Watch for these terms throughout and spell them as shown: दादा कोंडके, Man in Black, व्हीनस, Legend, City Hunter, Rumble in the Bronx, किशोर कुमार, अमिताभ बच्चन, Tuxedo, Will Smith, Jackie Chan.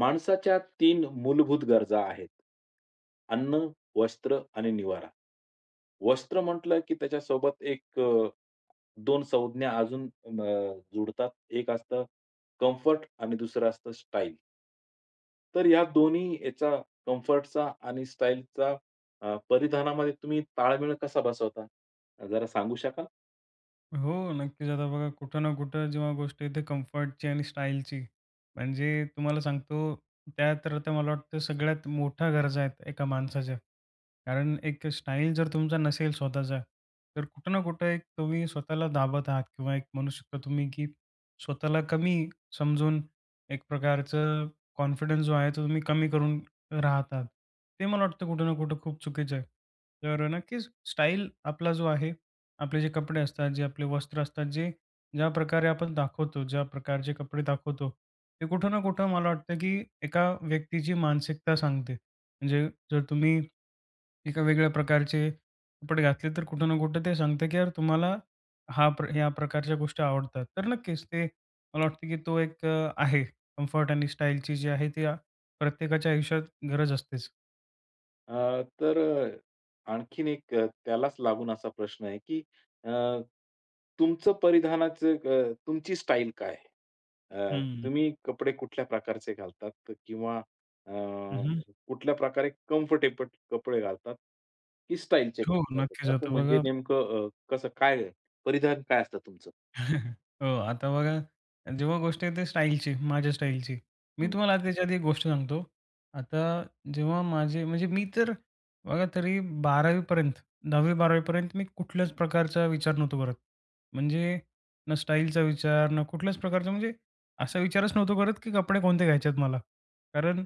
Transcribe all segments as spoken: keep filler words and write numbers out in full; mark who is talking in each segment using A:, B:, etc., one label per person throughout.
A: माणसाच्या तीन मूलभूत गरजा आहेत. अन्न, वस्त्र आणि निवारा. वस्त्र म्हटलं की त्याच्यासोबत एक अ, दोन संज्ञा अजून अ, जुडतात. एक असतं कम्फर्ट आणि दुसरं असतं स्टाईल. तर या दोन्ही याचा कम्फर्टचा आणि स्टाईलचा अ, परिधानामध्ये तुम्ही ताळमेळ कसा बसवता? जरा सांगू शकाल?
B: हो, नक्कीच. आता बघा कुठं ना कुठं जेव्हा गोष्ट येते कम्फर्टची आणि स्टाईलची, म्हणजे तुम्हाला सांगतो त्या तर त्या मला वाटतं सगळ्यात मोठ्या गरजा आहेत एका माणसाच्या. कारण एक स्टाईल जर तुमचा नसेल स्वतःचा, तर कुठं ना कुठं एक तुम्ही स्वतःला दाबत आहात किंवा एक म्हणू शकता तुम्ही की स्वतःला कमी समजून एक प्रकारचं कॉन्फिडन्स जो आहे तो तुम्ही कमी करून राहतात. ते मला वाटतं कुठं ना कुठं खूप चुकीचं आहे. तर नक्कीच स्टाईल आपला जो आहे आपले जे कपडे असतात, जे आपले वस्त्र असतात, जे ज्या प्रकारे आपण दाखवतो, ज्या प्रकारचे कपडे दाखवतो, ते कुठं ना कुठं मला वाटतं, की एका व्यक्तीची मानसिकता सांगते. म्हणजे जर तुम्ही एका वेगळ्या प्रकारचे कपडे घातले, तर कुठं ना कुठं ते सांगते, की यार तुम्हाला हा प्र ह्या प्रकारच्या गोष्टी आवडतात. तर नक्कीच ते मला वाटतं, की तो एक अ, आहे कम्फर्ट आणि स्टाईलची जी आहे, ती आ- प्रत्येकाच्या आयुष्यात गरज असतेच.
A: अ, तर अ, आणखीन एक अ, त्यालाच लागून असा प्रश्न आहे, की अ, तुमचं परिधानाचं अ, तुमची स्टाईल काय? अ,
B: हं.
A: तुम्ही कपडे कुठल्या प्रकारचे घालतात किंवा अ,
B: हं, हं.
A: कुठल्या प्रकारे कम्फर्टेबल कपडे घालतात, की स्टाईलचे
B: हो,
A: कपडे
B: नक्कीच.
A: घालतात? असं
B: आता
A: म्हणजे
B: बघा
A: नेमकं अ, कसं काय परिधान काय असतं तुमचं?
B: हो, आता बघा, जेव्हा गोष्ट येते स्टाईलची, माझ्या स्टाईलची. मी
A: हं.
B: तुम्हाला त्याच्या आधी एक गोष्ट सांगतो. आता जेव्हा माझे म्हणजे मी तर बघा तरी बारावी पर्यंत दहावी मी कुठल्याच प्रकारचा विचार नव्हतो करत. म्हणजे ना स्टाईलचा विचार, ना कुठल्याच प्रकारचा म्हणजे असा विचारच नव्हतो करत, की कपडे कोणते घ्यायचे आहेत मला. कारण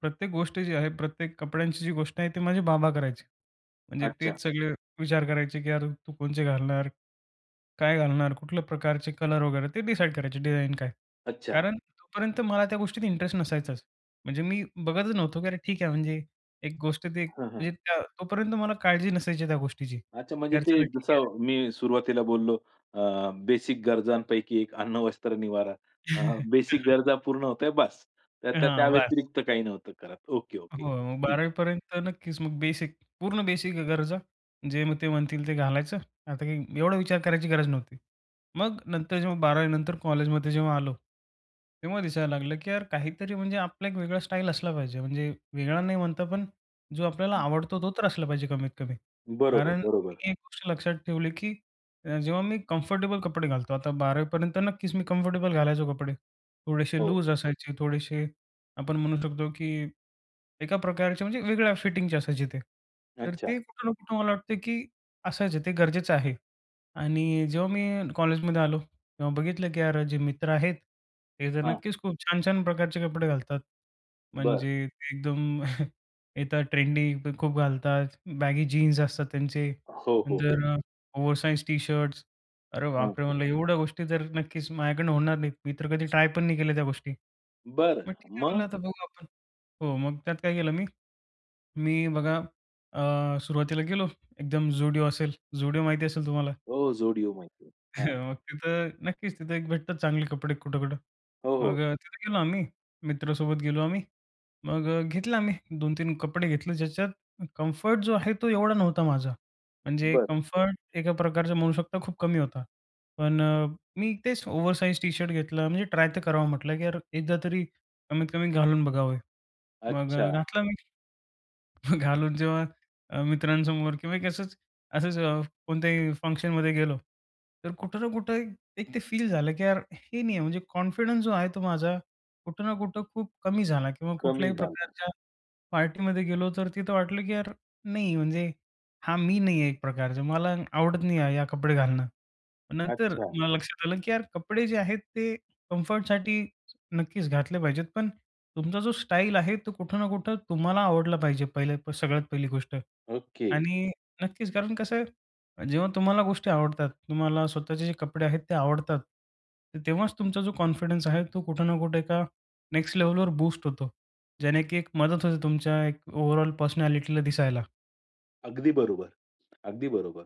B: प्रत्येक गोष्ट जी आहे, प्रत्येक कपड्यांची जी गोष्ट आहे, ते माझे बाबा करायचे. म्हणजे
A: अच्छा,
B: तेच सगळे विचार करायचे, की "यार, तू कोणचे घालणार?" काय घालणार? कुठल्या प्रकारचे कलर वगैरे ते डिसाईड करायचे डिझाईन काय.
A: अच्छा.
B: कारण तोपर्यंत मला त्या गोष्टीत इंटरेस्ट नसायचाच. म्हणजे मी बघतच नव्हतो, की अरे ठीक आहे म्हणजे एक गोष्ट ते
A: हं, हं.
B: म्हणजे त्या तोपर्यंत मला काळजी नसायची त्या गोष्टीची.
A: अच्छा, म्हणजे
B: तर
A: ते
B: चला ठीक आहे.
A: जसं मी सुरुवातीला बोललो बेसिक गरजांपैकी एक अन्न, वस्त्र, निवारा. बेसिक गरजा पूर्ण होताय बस. त्या त्या त्या
B: हां, बास.
A: व्यतिरिक्त काही नव्हतं करत. Okay, okay.
B: हो, मग
A: ठीक.
B: बारावी पर्यंत नक्कीच मग बेसिक, पूर्ण बेसिक गरजा जे मग ते म्हणतील ते घालायचं. आता काही एवढा विचार करायची गरज नव्हती. मग नंतर जेव्हा बारावी नंतर कॉलेजमध्ये जेव्हा आलो तेव्हा दिसायला लागलं, की यार काहीतरी म्हणजे आपला एक वेगळा स्टाईल असला पाहिजे. म्हणजे वेगळा नाही म्हणता पण जो आपल्याला
A: हं.
B: आवडतो तो तर असला पाहिजे कमीत कमी.
A: बरोबर,
B: कारण
A: बरोबर.
B: मी एक गोष्ट लक्षात ठेवली, की अ, जेव्हा मी कम्फर्टेबल कपडे घालतो. आता बारावी पर्यंत नक्कीच मी कम्फर्टेबल घालायचो कपडे. थोडेसे
A: हो.
B: लूज असायचे, थोडेसे आपण म्हणू शकतो, की एका प्रकारचे म्हणजे वेगळ्या फिटिंगचे असायचे ते. तर
A: अच्छा.
B: ते कुठं ना कुठं मला वाटतं, की असायचे ते गरजेचं आहे. आणि जेव्हा मी कॉलेजमध्ये आलो किंवा बघितलं की यार जे मित्र आहेत, ते तर
A: हां.
B: नक्कीच खूप छान-छान प्रकारचे कपडे घालतात.
A: बरं.
B: म्हणजे ते एकदम येतात ट्रेंडी पण खूप घालतात. बॅगी जीन्स असतात त्यांचे,
A: हो, हो, हो.
B: नंतर अ, ओव्हरसाइज टी-शर्ट्स. अरे
A: हां.
B: बापरे! म्हणलं एवढ्या गोष्टी तर नक्कीच माझ्याकडनं होणार नाहीत. मी तर कधी ट्राय पण नाही केल्या त्या गोष्टी.
A: बरं.
B: मग ठीक आहे
A: मग?
B: म्हणलं आता बघू आपण. हो, मग त्यात काय केलं मी, मी बघा अ, सुरुवातीला गेलो एकदम Zudio असेल. Zudio माहिती असेल तुम्हाला?
A: हो, जोडियो माहिती आहे.
B: मग तिथं नक्कीच तिथं एक भेटतात चांगले कपडे कुठं-कुठं.
A: हो, हो.
B: मग अ, तिथे गेलो आम्ही. मित्रासोबत गेलो आम्ही. मग अ, घेतलं आम्ही दोन तीन कपडे घेतले ज्याच्यात कम्फर्ट जो आहे तो एवढा नव्हता माझा. म्हणजे
A: बरं.
B: कम्फर्ट एका प्रकारचा म्हणू शकता खूप कमी होता. पण अ, मी तेच ओव्हरसाईज टी-शर्ट घेतलं म्हणजे ट्राय तर करावं म्हटलं की यार एकदा तरी कमीत कमी घालून बघावे. मग
A: अच्छा.
B: अ, घातला मी. मग घालून जेव्हा अ, मित्रांसमोर किंवा एक असंच असंच अ, कोणत्याही फंक्शनमध्ये गेलो, तर कुठं ना कुठं एक एक ते फील झालं, की यार हे नाही आहे म्हणजे कॉन्फिडन्स जो आहे तो माझा कुठं ना कुठं खूप कमी झाला किंवा
A: कमी
B: कुठल्याही
A: झालं.
B: प्रकारच्या पार्टीमध्ये गेलो तर तिथं वाटलं, की यार नाही म्हणजे हा मी नाही आहे एक प्रकारचा. मला आवडत नाही आहे, या कपडे घालणं. नंतर
A: अच्छा.
B: मला लक्षात आलं, की यार कपडे जे आहेत ते कम्फर्टसाठी नक्कीच घातले पाहिजेत. पण तुमचा जो स्टाईल आहे तो कुठं ना कुठं तुम्हाला आवडला पाहिजे पहिले प- सगळ्यात पहिली गोष्ट.
A: ओके.
B: आणि नक्कीच कारण कसं आहे जेव्हा तुम्हाला गोष्टी आवडतात, तुम्हाला स्वतःचे जे कपडे आहेत ते आवडतात, तर तेव्हाच तुमचा जो कॉन्फिडन्स आहे तो कुठे ना कुठे एका नेक्स्ट लेव्हलवर बूस्ट होतो. ज्याने की एक मदत होते तुमच्या एक ओव्हरऑल पर्सनॅलिटीला दिसायला.
A: अगदी बरोबर. अगदी बरोबर.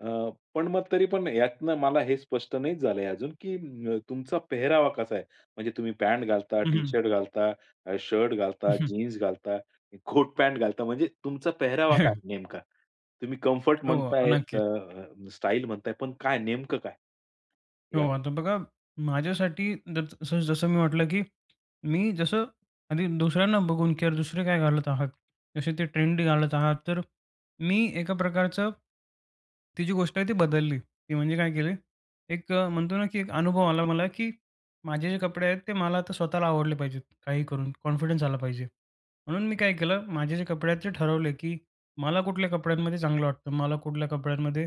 A: अ, पण मग तरी पण यातनं मला हे स्पष्ट नाहीच झालंय अजून, की अ, तुमचा पेहरावा कसा आहे? म्हणजे तुम्ही पॅन्ट घालता,
B: हं,
A: टी-शर्ट घालता, अ, शर्ट घालता, जीन्स घालता, कोट पॅन्ट घालता म्हणजे तुमचा पेहरावा काय नेमका? तुम्ही कम्फर्ट
B: हो,
A: म्हणतायत,
B: नक्की.
A: स्टाईल म्हणताय, पण काय नेमकं काय
B: हो,
A: यात?
B: आता बघा माझ्यासाठी जस जसं जसं मी म्हटलं, की मी जसं आधी दुसऱ्यांना बघून की यार दुसरे काय घालत आहात, जसे ते ट्रेंडी घालत आहात, तर मी एका प्रकारचं ती जी गोष्ट आहे ती बदलली. ती म्हणजे काय केली, एक अ, म्हणतो ना, की एक अनुभव आला मला, की माझे जे कपडे आहेत ते मला आता स्वतःला आवडले पाहिजेत, काही करून कॉन्फिडन्स आला पाहिजे. म्हणून मी काय केलं, माझे जे कपडे आहेत ते ठरवले, की मला कुठल्या कपड्यांमध्ये चांगलं वाटतं, मला कुठल्या कपड्यांमध्ये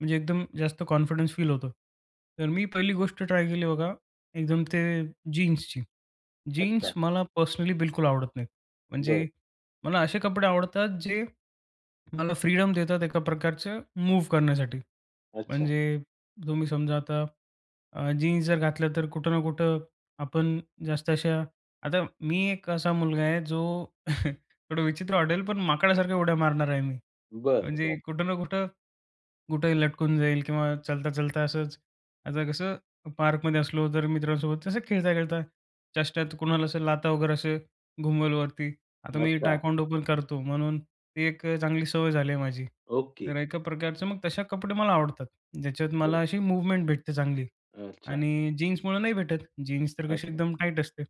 B: म्हणजे एकदम जास्त कॉन्फिडन्स फील होतो. तर मी पहिली गोष्ट ट्राय केली बघा, एकदम ते जीन्सची.
A: अच्छा.
B: जीन्स मला पर्सनली बिलकुल आवडत नाहीत.
A: बरं.
B: म्हणजे मला असे कपडे आवडतात जे मला फ्रीडम देतात एका प्रकारचं मूव्ह करण्यासाठी.
A: अच्छा.
B: म्हणजे तुम्ही समजा आता जीन्स जर घातलं तर कुठं ना कुठं आपण जास्त अशा आता मी एक असा मुलगा आहे जो थोडं विचित्र वाटेल पण माकडासारख्या उड्या मारणार आहे मी.
A: बरं,
B: म्हणजे
A: बरं.
B: कुठं ना कुठं कुठेही लटकून जाईल किंवा चालता चलता असंच आता कसं पार्कमध्ये असलो तर मित्रांसोबत तसं खेळता-खेळता चेष्टात कुणाला असं लाथा वगैरे असं घुमवलं वरती. आता मी
A: अच्छा.
B: टायक्वांडो पण करतो म्हणून ती एक चांगली सवय झाली आहे माझी.
A: ओके.
B: तर एका प्रकारचं मग तशा कपडे मला आवडतात. ज्याच्यात
A: बरं.
B: मला अशी मूव्हमेंट भेटते चांगली
A: अच्छा.
B: आणि जीन्समुळे नाही भेटत. जीन्स तर कशी
A: अच्छा.
B: एकदम टाईट असते.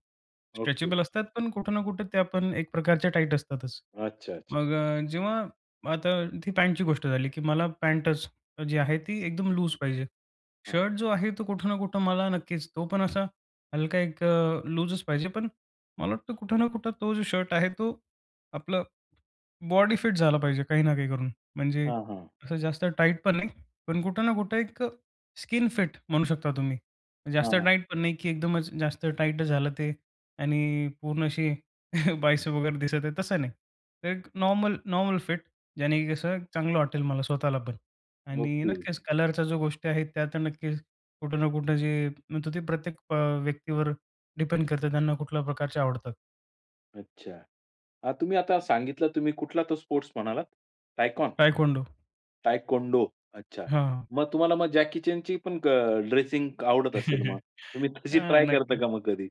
A: ओके.
B: स्ट्रेचेबल असतात पण कुठे ना कुठे त्या पण एक प्रकारच्या टाईट असतातच.
A: अच्छा, अच्छा.
B: मग अ, जेव्हा आता ती पॅन्टची गोष्ट झाली, की मला पॅन्टच जी आहे ती एकदम लूज पाहिजे.
A: हां.
B: शर्ट जो आहे तो कुठं ना कुठं मला नक्कीच तो पण असा हलका एक अ, लूजच पाहिजे. पण मला वाटतं कुठं ना कुठं तो जो शर्ट आहे तो आपला बॉडी फिट झाला पाहिजे काही ना काही करून. म्हणजे
A: हां, हां.
B: असं जास्त टाईट पण नाही, पण कुठं ना कुठं एक स्किन फिट म्हणू शकता तुम्ही. जास्त
A: हां,
B: टाईट पण नाही, की एकदमच जास्त टाईट झालं ते आणि पूर्ण अशी बायसेप वगैरे दिसत आहे तसं नाही. तर एक नॉर्मल नॉर्मल फिट ज्याने की कसं चांगलं वाटेल मला स्वतःला पण. आणि
A: ओके.
B: नक्कीच कलरच्या ज्या गोष्टी आहेत त्या तर नक्कीच कुठं ना कुठं जे म्हणतो ते प्रत्येक अ, व्यक्तीवर डिपेंड करतं त्यांना कुठल्या प्रकारचे आवडतात.
A: अच्छा. अ, तुम्ही आता सांगितलं तुम्ही कुठला तो स्पोर्ट्स म्हणालात? टायकॉन
B: तायक्वोंडो.
A: टायकोंडो. अच्छा.
B: हां.
A: मग तुम्हाला मग जॅकी चॅनची पण ड्रेसिंग आवडत असेल मग. तुम्ही तशी
B: हां,
A: ट्राय करता
B: नक्कीच.
A: का मग कधी?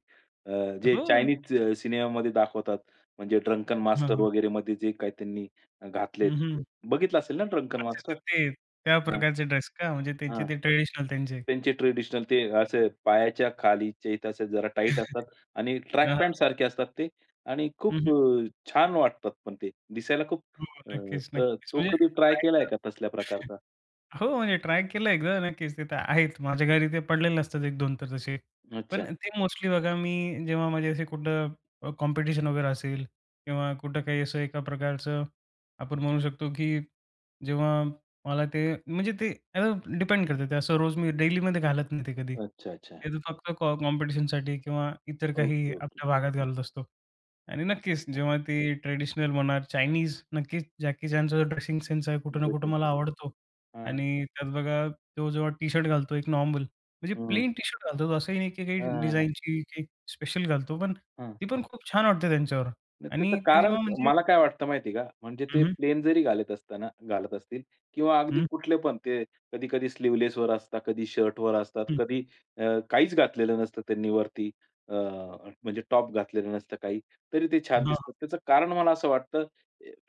A: अ, जे
B: हो.
A: चायनीज अ, सिनेमामध्ये दाखवतात म्हणजे ड्रंकन
B: हां,
A: मास्टर
B: हां.
A: वगैरे मध्ये जे काही त्यांनी अ, घातलेत.
B: हं, हं.
A: बघितलं असेल ना ड्रंकन
B: अच्छा,
A: मास्टर?
B: अच्छा. ते त्या
A: हां,
B: प्रकारचे ड्रेस का? म्हणजे त्यांचे ते ट्रेडिशनल त्यांचे.
A: त्यांचे ट्रेडिशनल ते असे पायाच्या खालीचे इथे असे जरा टाईट असतात आणि ट्रॅक
B: हां.
A: पॅन्ट सारखे असतात ते आणि
B: हं,
A: खूप
B: हं.
A: अ, छान वाटतात पण ते. दिसायला खूप
B: हो,
A: अ,
B: नक्कीच,
A: तर
B: नक्कीच.
A: तो
B: म्हणजे
A: कधी ट्राय
B: ट्राय
A: केलाय का तसल्या प्रकारचा?
B: हो, म्हणजे ट्राय केलं एकदा नक्कीच. तिथं आहेत. माझ्या घरी ते पडलेले असतात एक दोन तर तसे. पण
A: अच्छा.
B: ते मोस्टली बघा मी जेव्हा म्हणजे असे कुठं अ, कॉम्पिटिशन वगैरे असेल किंवा कुठं काही असं एका प्रकारचं आपण म्हणू शकतो, की जेव्हा मला ते म्हणजे ते डिपेंड करतं. ते असं रोज मी डेलीमध्ये घालत नाही ते कधी.
A: अच्छा, अच्छा.
B: ते तर फक्त कॉ कॉम्पिटिशनसाठी किंवा इतर काही
A: ओके, ओके.
B: आपल्या भागात घालत असतो. आणि नक्कीच
A: हां.
B: जेव्हा ते ट्रेडिशनल म्हणा, चायनीज नक्कीच जॅकी चॅनचा जो ड्रेसिंग सेन्स आहे कुठं ना कुठं
A: ड्रेसिंग
B: मला
A: सेन्स.
B: आवडतो.
A: हां.
B: आणि त्यात बघा तो जेव्हा टी-शर्ट घालतो एक नॉर्मल म्हणजे
A: हं.
B: प्लेन टी-शर्ट घालतो तो असंही नाही की काही
A: हां.
B: डिझाइनची काही स्पेशल घालतो पण
A: हां.
B: ती पण खूप छान वाटते त्यांच्यावर.
A: नाही त्याचं
B: आणि ते
A: कारण
B: जेव्हा
A: क-
B: म्हणजे
A: मला काय वाटतं माहिती का? म्हणजे
B: हं,
A: ते
B: हं,
A: प्लेन जरी घालत असताना घालत असतील किंवा अगदी
B: हं,
A: कुठले पण ते कधी-कधी स्लीव्हलेसवर असतात, कधी शर्टवर असतात,
B: हं.
A: कधी अ, काहीच घातलेलं नसतं त्यांनी वरती अ, म्हणजे टॉप घातलेलं नसतं काही, तरी ते छान
B: हां,
A: दिसतात. त्याचं कारण मला असं वाटतं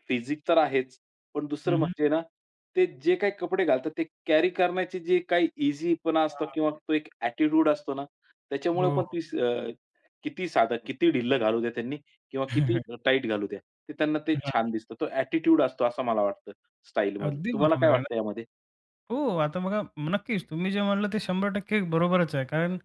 A: फिजिक तर आहेच, पण दुसरं
B: हं, हं.
A: म्हणजे ना, ते जे काही कपडे घालतात ते कॅरी करण्याची जी काही ईझीपणा असतो
B: हां.
A: किंवा तो एक ॲटिट्यूड असतो ना, त्याच्यामुळे पण
B: हो,
A: ती स- अ, किती साधं, किती ढिल्लं घालू द्या त्यांनी, किंवा किती टाईट घालू द्या. ते त्यांना ते छान
B: हां.
A: दिसतं. तो ॲटिट्यूड असतो असं मला वाटतं स्टाईलमधलं.
B: अगदी
A: तुम्हाला काय
B: बरोबर आहे
A: वाटतं यामध्ये?
B: हो, आता बघा म- नक्कीच तुम्ही जे म्हणलं ते शंभर टक्के बरोबरच आहे. कारण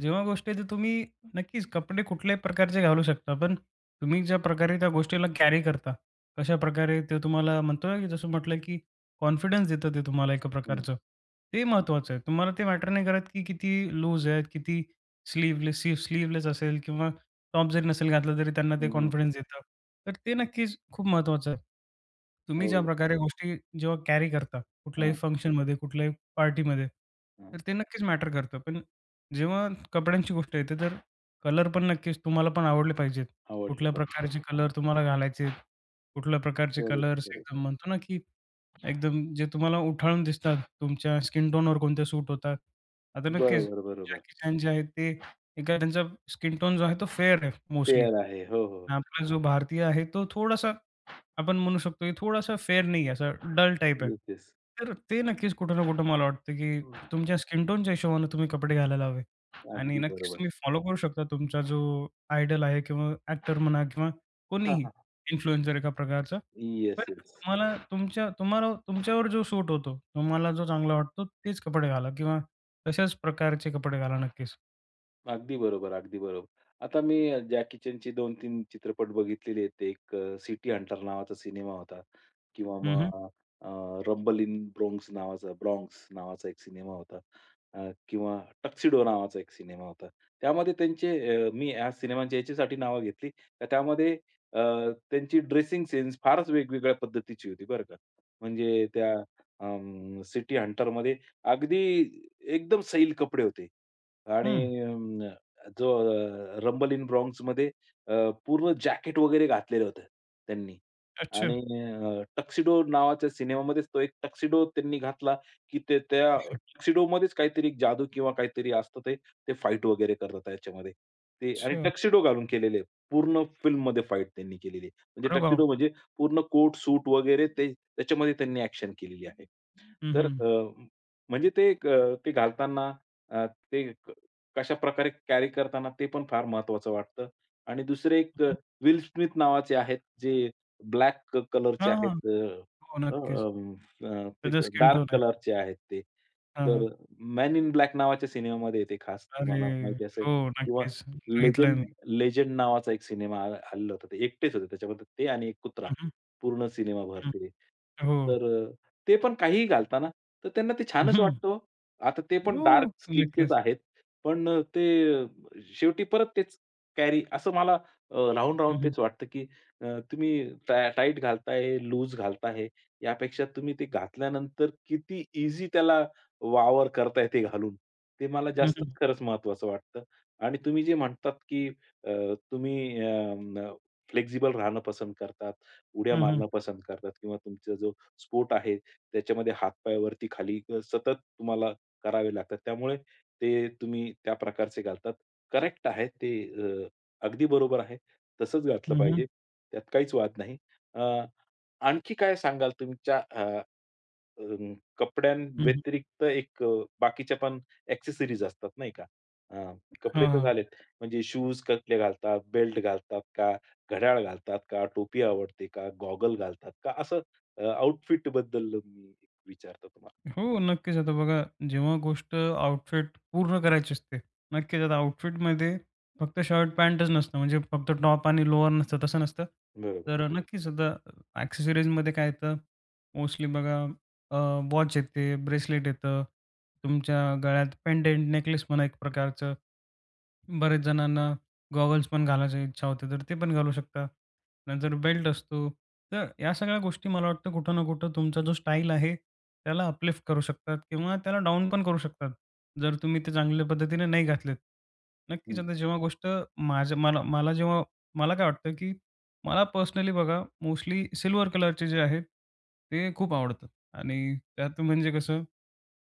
B: जेव्हा गोष्ट आहे, ते तुम्ही नक्कीच कपडे कुठल्याही प्रकारचे घालू शकता. पण तुम्ही ज्या प्रकारे त्या गोष्टीला कॅरी करता, कशाप्रकारे ते तुम्हाला म्हणतो ना, की जसं म्हटलं, की कॉन्फिडन्स देतं ते तुम्हाला एका
A: हं,
B: प्रकारचं. ते महत्त्वाचं आहे. तुम्हाला ते मॅटर नाही करत, की किती लूज आहेत, किती स्लीव्हलेस सी असेल किंवा टॉप जरी नसेल घातला तरी त्यांना ते
A: हं,
B: कॉन्फिडन्स देतं. तर ते नक्कीच खूप महत्त्वाचं आहे. तुम्ही ज्या
A: हो.
B: प्रकारे गोष्टी जेव्हा कॅरी करता कुठल्याही
A: हां,
B: फंक्शनमध्ये, कुठल्याही पार्टीमध्ये,
A: हां.
B: तर ते नक्कीच मॅटर करतं. पण जेव्हा कपड्यांची गोष्ट येते, तर कलर पण नक्कीच तुम्हाला पण आवडले पाहिजेत.
A: आवडले
B: कुठल्या
A: पाहिजे.
B: प्रकारचे
A: हां,
B: कलर तुम्हाला घालायचे कुठल्या प्रकारचे
A: करेक्ट,
B: कलर्स एकदम
A: करेक्ट.
B: म्हणतो ना, की एकदम जे तुम्हाला उठाळून दिसतात, तुमच्या स्किन टोनवर कोणते सूट होतात. आता नक्कीच
A: बरोबर, बरोबर.
B: जॅकी चॅन जे आहेत ते एका त्यांचा स्किन टोन जो आहे तो फेअर आहे मोस्टली.
A: फेअर आहे. हो, हो.
B: आपला जो भारतीय आहे तो थोडासा आपण म्हणू शकतो की थोडासा फेअर नाही आहे, असं डल टाइप आहे.
A: Yes, yes.
B: तर ते नक्कीच कुठं ना कुठं मला वाटतं की
A: हं.
B: तुमच्या स्किन टोनच्या हिशोबाने तुम्ही कपडे घालायला हवे आणि
A: अगदी
B: नक्कीच
A: बरोबर.
B: तुम्ही फॉलो करू शकता तुमचा जो आयडॉल आहे किंवा ॲक्टर म्हणा किंवा
A: हां,
B: कोणीही
A: हां.
B: इन्फ्लुएन्सर एका प्रकारचा. पण
A: येस, येस.
B: तुम्हाला तुमच्या तुम्हाला तुमच्यावर जो सूट होतो, तुम्हाला जो चांगला वाटतो तेच कपडे घाला किंवा तशाच प्रकारचे कपडे घाला नक्कीच.
A: अगदी बरोबर, अगदी बरोबर. आता मी जॅकी चॅनचे दोन तीन चित्रपट बघितलेले आहेत. एक अ, सिटी हंटर नावाचा सिनेमा होता किंवा
B: हं, हं.
A: मग अ, रंबल इन ब्रोंक्स नावाचा ब्रॉन्क्स नावाचा एक सिनेमा होता अ, किंवा टक्सिडो नावाचा एक सिनेमा होता. त्यामध्ये त्यांचे अ, मी ह्या सिनेमांची याच्यासाठी नावं घेतली, तर त्यामध्ये अ, त्यांची ड्रेसिंग सेन्स फारच वेगवेगळ्या पद्धतीची होती बरं का. म्हणजे त्या सिटी हंटरमध्ये अगदी एकदम सैल कपडे होते.
B: हं.
A: आणि अं, जो अ, रंबल इन ब्रॉन्क्समध्ये अ, पूर्ण जॅकेट वगैरे घातलेलं होतं त्यांनी.
B: अच्छा.
A: आणि अ, टक्सिडो नावाच्या सिनेमामध्येच तो एक टक्सिडो त्यांनी घातला, की ते त्या टक्सिडोमध्येच काहीतरी एक जादू किंवा काहीतरी असतं ते. ते फाईट वगैरे करतात त्याच्यामध्ये. ते आणि
B: अच्छा.
A: टक्सिडो घालून केलेले आहे. पूर्ण फिल्ममध्ये फाईट त्यांनी केलेली आहे. म्हणजे
B: अरे
A: टक्सिडो
B: बापरे!
A: म्हणजे पूर्ण कोट, सूट वगैरे ते त्याच्यामध्ये त्यांनी ॲक्शन केलेली आहे.
B: हं,
A: तर
B: हं.
A: अ, म्हणजे ते एक अ, ते घालताना अ, ते कशा प्रकारे कॅरी करताना ते पण फार महत्वाचं वाटतं. आणि दुसरे एक अ,
B: हं.
A: विल स्मिथ नावाचे आहेत, जे ब्लॅक कलरचे
B: हां,
A: आहेत.
B: हां. हो,
A: अ, अ,
B: नक्कीच.
A: अम, अ, ते
B: त्याचा स्किन
A: डार्क
B: टोन आहे.
A: कलरचे आहेत ते.
B: हां,
A: तर
B: हां.
A: मॅन इन ब्लॅक नावाच्या सिनेमामध्ये आहे खास
B: अरे!
A: तुम्हाला माहिती असेल
B: हो,
A: किंवा
B: नक्कीच. बघितलंय
A: लेजंड
B: मी.
A: लेजंड नावाचा एक सिनेमा आ आलेला होता. ते एकटेच होते त्याच्यामध्ये ते आणि एक कुत्रा.
B: हं, हं,
A: पूर्ण सिनेमाभर
B: हं.
A: ते.
B: हो.
A: तर अ, ते पण काहीही घालताना, तर त्यांना ते छानच
B: हं.
A: वाटतं हो. आता ते पण
B: हो,
A: डार्क स्किनचेच
B: नक्कीच.
A: आहेत. पण अ, ते अ, शेवटी परत तेच कॅरी असं मला अ, राहून-राहून
B: हं, हं.
A: तेच वाटतं, की अ, तुम्ही टाय टाईट घालताय, लूज घालताय, यापेक्षा तुम्ही ते घातल्यानंतर किती ईझी त्याला वावर करताय ते घालून, ते मला
B: हं,
A: जास्तच
B: हं.
A: खरंच महत्वाचं वाटतं. आणि तुम्ही जे म्हणतात, की अ, तुम्ही अं, अ, राहणं पसंत करतात, उड्या
B: हं, हं.
A: मारणं पसंत करतात किंवा तुमचा जो स्पोर्ट आहे, त्याच्यामध्ये हात खाली अ, सतत तुम्हाला करावे लागतात. त्यामुळे ते तुम्ही त्या प्रकारचे घालतात. करेक्ट आहे ते अ, अगदी बरोबर आहे. तसंच घातलं
B: हं, हं.
A: पाहिजे. त्यात काहीच वाद नाही. अ, आणखी काय सांगाल तुमच्या अ, अं,
B: हं, हं.
A: कपड्यांव्यतिरिक्त एक अ, बाकीच्या पण एक्सेसरीज असतात नाही का? अ, कपडे
B: हां,
A: तर
B: हां.
A: झालेत. म्हणजे शूज कसले घालतात, बेल्ट घालतात का, घड्याळ घालतात का, टोपी आवडते का, गॉगल घालतात का? असं अ, आउटफिटबद्दल मी विचारतो तुम्हाला.
B: हो, नक्कीच. आता बघा, जेव्हा गोष्ट आउटफिट पूर्ण करायची असते, नक्कीच आता आउटफिटमध्ये फक्त शर्ट पॅन्टच नसतं, म्हणजे फक्त टॉप आणि लोअर नसतं, तसं नसतं.
A: बरोबर.
B: तर हं. नक्कीच आता ॲक्सेसरीजमध्ये काय येतं, मोस्टली बघा अ, वॉच येते, ब्रेसलेट येतं, तुमच्या गळ्यात पेंडंट, नेकलेस म्हणा एक प्रकारचं. बऱ्याच जणांना गॉगल्स पण घालायची इच्छा होते, तर ते पण घालू शकता. नंतर बेल्ट असतो. तर या सगळ्या गोष्टी मला वाटतं कुठं ना कुठं तुमचा जो स्टाईल आहे, त्याला अपलिफ्ट करू शकतात किंवा त्याला डाउन पण करू शकतात, जर तुम्ही ते चांगल्या पद्धतीने नाही घातलेत. नक्कीच
A: हं.
B: आता जेव्हा गोष्ट माझ्या मला मला जेव्हा मला काय वाटतं, की मला पर्सनली बघा मोस्टली सिल्व्हर कलरचे जे आहेत, ते खूप आवडतात आणि त्यात म्हणजे कसं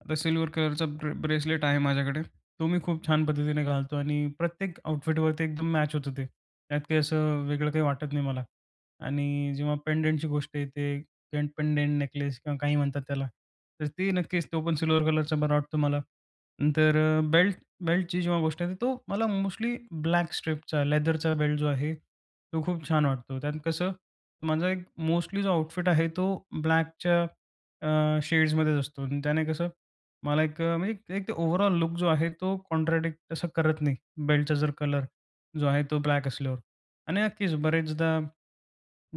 B: आता सिल्व्हर कलरचा ब्रे ब्रेसलेट आहे माझ्याकडे. तो मी खूप छान पद्धतीने घालतो आणि प्रत्येक आउटफिटवरती एकदम मॅच होतं ते. त्यात काही असं वेगळं काही वाटत नाही मला. आणि जेव्हा पेंडंटची गोष्ट येते, पें पेंडेंट नेकलेस किंवा काही म्हणतात त्याला, तर ते नक्कीच तो पण सिल्व्हर कलरचा बरा वाटतो मला. नंतर बेल्ट बेल्टची जेव्हा गोष्ट येते, तो मला मोस्टली ब्लॅक स्ट्रिपचा लेदरचा बेल्ट जो आहे, तो खूप छान वाटतो. त्यात कसं माझा एक मोस्टली जो आउटफिट आहे, तो ब्लॅकच्या शेड्समध्येच असतो आणि त्याने कसं मला एक अ, म्हणजे एक ओव्हरऑल लूक जो आहे तो कॉन्ट्राडिक्ट तसा करत नाही बेल्टचा जर कलर जो आहे तो ब्लॅक असल्यावर. आणि नक्कीच बरेचदा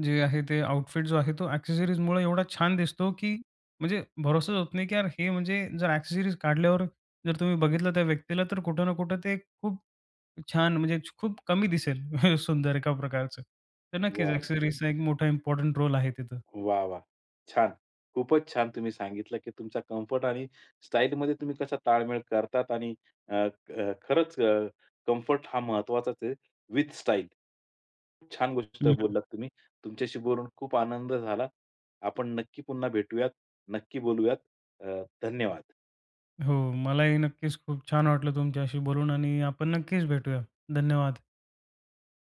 B: जे आहे ते आउटफिट जो आहे तो ॲक्सेसरीजमुळे एवढा छान दिसतो, की म्हणजे भरोसाच होत नाही, की यार हे म्हणजे जर ॲक्सेसरीज काढल्यावर जर तुम्ही बघितलं त्या व्यक्तीला तर कुठं ना कुठं ते खूप छान म्हणजे खूप कमी दिसेल सुंदर एका प्रकारचं. तर नक्कीच
A: वाह!
B: ॲक्सेसरीजचा एक मोठा इम्पोर्टंट रोल आहे तिथं.
A: वाह, वाह! छान. खूपच छान तुम्ही सांगितलं, की तुमचा कम्फर्ट आणि स्टाईलमध्ये तुम्ही कसा ताळमेळ करतात आणि अ, क- अ, खरंच कम्फर्ट हा महत्त्वाचाच आहे विथ स्टाईल. छान गोष्ट बोललात तुम्ही. तुमच्याशी बोलून खूप आनंद झाला. आपण नक्की पुन्हा भेटूयात, नक्की बोलूयात. अ, धन्यवाद.
B: हो, मलाही नक्कीच खूप छान वाटलं तुमच्याशी बोलून आणि आपण नक्कीच भेटूया. धन्यवाद.